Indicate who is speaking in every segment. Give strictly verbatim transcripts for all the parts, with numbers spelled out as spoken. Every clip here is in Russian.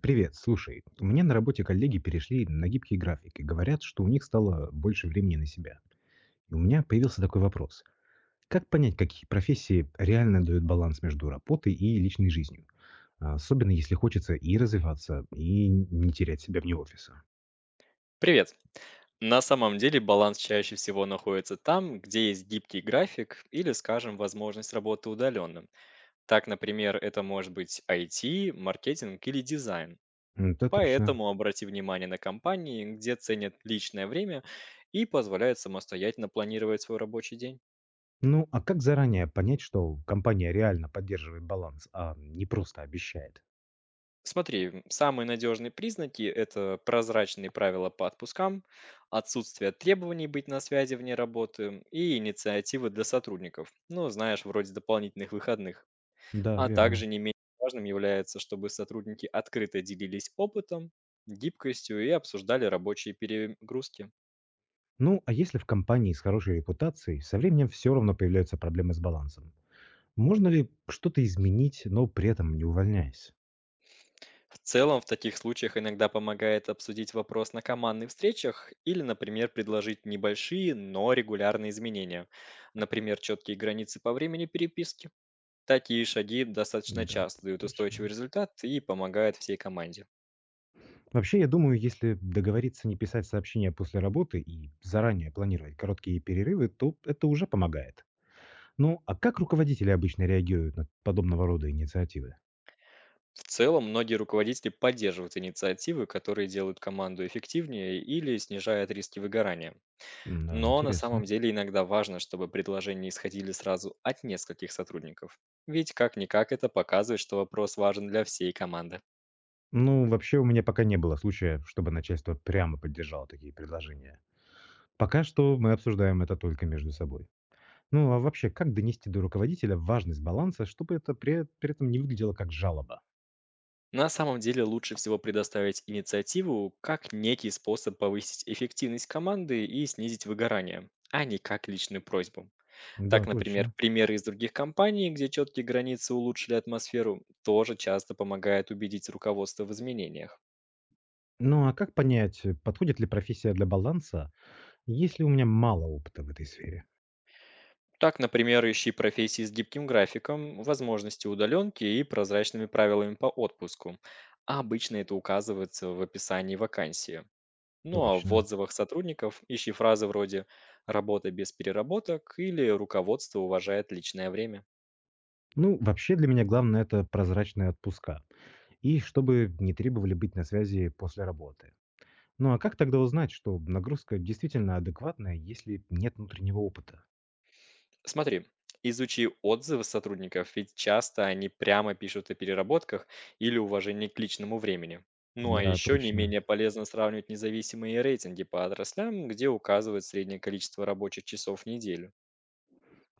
Speaker 1: Привет, слушай, у меня на работе коллеги перешли на гибкий график и говорят, что у них стало больше времени на себя. И у меня появился такой вопрос. Как понять, какие профессии реально дают баланс между работой и личной жизнью? А, Особенно если хочется и развиваться, и не терять себя вне офиса.
Speaker 2: Привет. На самом деле баланс чаще всего находится там, где есть гибкий график или, скажем, возможность работы удаленным. Так, например, это может быть I T, маркетинг или дизайн.
Speaker 1: Это точно.
Speaker 2: Поэтому обрати внимание на компании, где ценят личное время и позволяют самостоятельно планировать свой рабочий день.
Speaker 1: Ну, а как заранее понять, что компания реально поддерживает баланс, а не просто обещает?
Speaker 2: Смотри, м, самые надежные признаки– это прозрачные правила по отпускам, отсутствие требований быть на связи вне работы и инициативы для сотрудников. Ну, знаешь, вроде дополнительных выходных.
Speaker 1: Да,
Speaker 2: А
Speaker 1: верно.
Speaker 2: также не менее важным является, чтобы сотрудники открыто делились опытом, гибкостью и обсуждали рабочие перегрузки.
Speaker 1: Ну, а если в компании с хорошей репутацией, со временем все равно появляются проблемы с балансом. Можно ли что-то изменить, но при этом не увольняясь?
Speaker 2: В целом, в таких случаях иногда помогает обсудить вопрос на командных встречах или, например, предложить небольшие, но регулярные изменения. Например, четкие границы по времени переписки. Такие шаги достаточно
Speaker 1: Да,
Speaker 2: часто дают устойчивый
Speaker 1: точно.
Speaker 2: результат и помогают всей команде.
Speaker 1: Вообще, я думаю, если договориться не писать сообщения после работы и заранее планировать короткие перерывы, то это уже помогает. Ну, а как руководители обычно реагируют на подобного рода инициативы?
Speaker 2: В целом, многие руководители поддерживают инициативы, которые делают команду эффективнее или снижают риски выгорания.
Speaker 1: Да,
Speaker 2: Но на
Speaker 1: интересно.
Speaker 2: самом деле иногда важно, чтобы предложения исходили сразу от нескольких сотрудников. Ведь как-никак это показывает, что вопрос важен для всей команды.
Speaker 1: Ну, вообще у меня пока не было случая, чтобы начальство прямо поддержало такие предложения. Пока что мы обсуждаем это только между собой. Ну, а вообще, как донести до руководителя важность баланса, чтобы это при, при этом не выглядело как жалоба?
Speaker 2: На самом деле лучше всего предоставить инициативу как некий способ повысить эффективность команды и снизить выгорание, а не как личную просьбу.
Speaker 1: Да,
Speaker 2: Так, например,
Speaker 1: точно.
Speaker 2: примеры из других компаний, где четкие границы улучшили атмосферу, тоже часто помогают убедить руководство в изменениях.
Speaker 1: Ну а как понять, э, подходит ли профессия для баланса, если у меня мало опыта в этой сфере?
Speaker 2: Так, например, ищи профессии с гибким графиком, возможности удаленки и прозрачными правилами по отпуску. А обычно это указывается в описании вакансии. Ну а в
Speaker 1: Точно.
Speaker 2: отзывах сотрудников ищи фразы вроде «работа без переработок» или «руководство уважает личное время».
Speaker 1: Ну, вообще для меня главное это прозрачные отпуска. И чтобы не требовали быть на связи после работы. Ну а как тогда узнать, что нагрузка действительно адекватная, если нет внутреннего опыта?
Speaker 2: Смотри, изучи отзывы сотрудников, ведь часто они прямо пишут о переработках или уважении к личному времени. Ну а
Speaker 1: Да,
Speaker 2: еще не
Speaker 1: точно.
Speaker 2: менее полезно сравнивать независимые рейтинги по отраслям, где указывают среднее количество рабочих часов в неделю.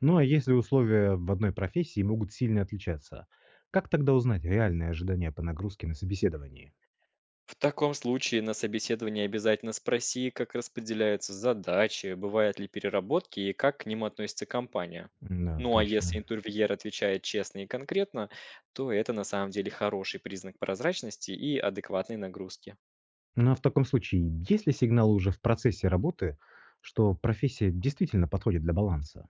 Speaker 1: Ну а если условия в одной профессии могут сильно отличаться, как тогда узнать реальные ожидания по нагрузке на собеседовании?
Speaker 2: В таком случае на собеседовании обязательно спроси, как распределяются задачи, бывают ли переработки и как к ним относится компания.
Speaker 1: Да,
Speaker 2: Ну а если
Speaker 1: точно.
Speaker 2: интервьюер отвечает честно и конкретно, то это на самом деле хороший признак прозрачности и адекватной нагрузки.
Speaker 1: Ну, а в таком случае, есть ли сигналы уже в процессе работы, что профессия действительно подходит для баланса?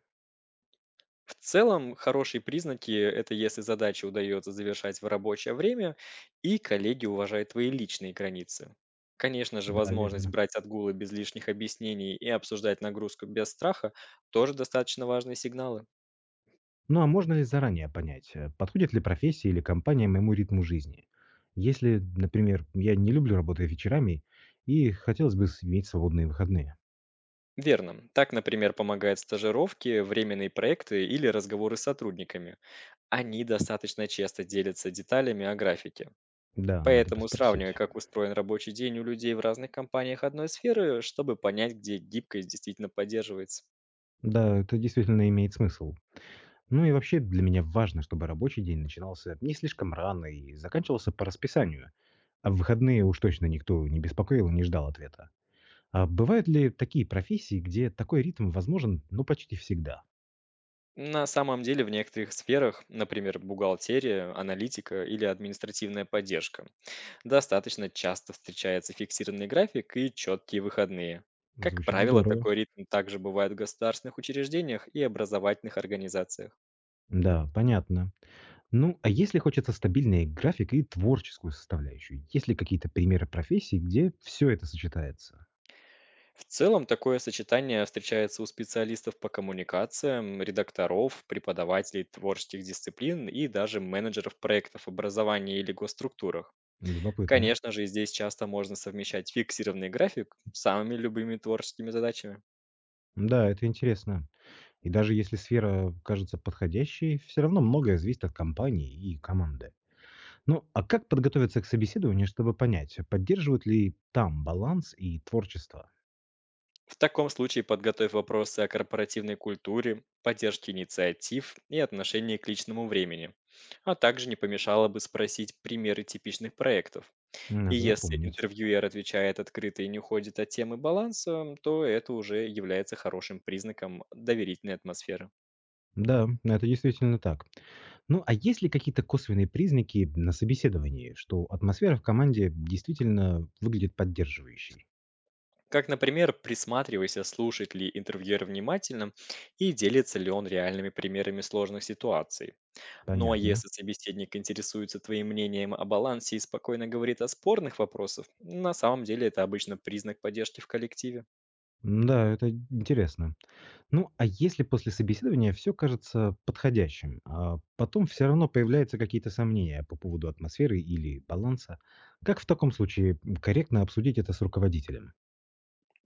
Speaker 2: В целом, хорошие признаки– это если задачи удается завершать в рабочее время и коллеги уважают твои личные границы. Конечно же,
Speaker 1: Да,
Speaker 2: возможность
Speaker 1: верно.
Speaker 2: брать отгулы без лишних объяснений и обсуждать нагрузку без страха– тоже достаточно важные сигналы.
Speaker 1: Ну а можно ли заранее понять, э, подходит ли профессия или компания моему ритму жизни? Если, например, я не люблю работать вечерами и хотелось бы с- иметь свободные выходные.
Speaker 2: Верно. Так, например, помогают стажировки, временные проекты или разговоры с сотрудниками. Они достаточно часто делятся деталями о графике.
Speaker 1: Да, надо
Speaker 2: Поэтому сравнивай,
Speaker 1: поспросить.
Speaker 2: как устроен рабочий день у людей в разных компаниях одной сферы, чтобы понять, где гибкость действительно поддерживается.
Speaker 1: Да, это действительно имеет смысл. Ну и вообще для меня важно, чтобы рабочий день начинался не слишком рано и заканчивался по расписанию, а в выходные уж точно никто не беспокоил и не ждал ответа. А бывают ли такие профессии, где такой ритм возможен, ну, почти всегда?
Speaker 2: На самом деле в некоторых сферах, например, бухгалтерия, аналитика или административная поддержка, достаточно часто встречается фиксированный график и четкие выходные. Как
Speaker 1: Звучит
Speaker 2: правило,
Speaker 1: здорово.
Speaker 2: такой ритм также бывает в государственных учреждениях и образовательных организациях.
Speaker 1: Да, понятно. Ну, а если хочется стабильный график и творческую составляющую, есть ли какие-то примеры профессий, где все это сочетается?
Speaker 2: В целом такое сочетание встречается у специалистов по коммуникациям, редакторов, преподавателей творческих дисциплин и даже менеджеров проектов образования или госструктурах.
Speaker 1: Любопытно.
Speaker 2: Конечно же, и здесь часто можно совмещать фиксированный график с самыми любыми творческими задачами.
Speaker 1: Да, это интересно. И даже если сфера кажется подходящей, все равно многое зависит от компании и команды. Ну, а как подготовиться к собеседованию, чтобы понять, поддерживают ли там баланс и творчество?
Speaker 2: В таком случае подготовь вопросы о корпоративной культуре, поддержке инициатив и отношении к личному времени. А также не помешало бы спросить примеры типичных проектов. И
Speaker 1: Надо
Speaker 2: если
Speaker 1: запомнить.
Speaker 2: интервьюер отвечает открыто и не уходит от темы баланса, то это уже является хорошим признаком доверительной атмосферы.
Speaker 1: Да, это действительно так. Ну, а есть ли какие-то косвенные признаки на собеседовании, что атмосфера в команде действительно выглядит поддерживающей?
Speaker 2: Как, например, присматривайся, слушает ли интервьюер внимательно и делится ли он реальными примерами сложных ситуаций. Ну а
Speaker 1: Понятно.
Speaker 2: если собеседник интересуется твоим мнением о балансе и спокойно говорит о спорных вопросах, на самом деле это обычно признак поддержки в коллективе.
Speaker 1: М, Да, это интересно. Ну, а если после собеседования все кажется подходящим, а потом все равно появляются какие-то сомнения по поводу атмосферы или баланса, как в таком случае корректно обсудить это с руководителем?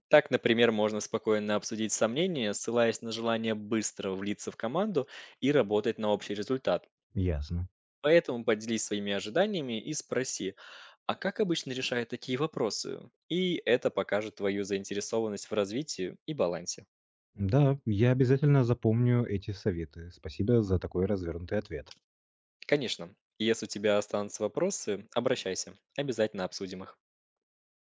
Speaker 2: Так, например, можно спокойно обсудить сомнения, ссылаясь на желание быстро влиться в команду и работать на общий результат.
Speaker 1: Ясно.
Speaker 2: Поэтому поделись своими ожиданиями и спроси, а как обычно решают такие вопросы? И это покажет твою заинтересованность в развитии и балансе.
Speaker 1: Да, я обязательно запомню эти советы. Спасибо за такой развернутый ответ.
Speaker 2: Конечно, если у тебя останутся вопросы, обращайся, обязательно обсудим их.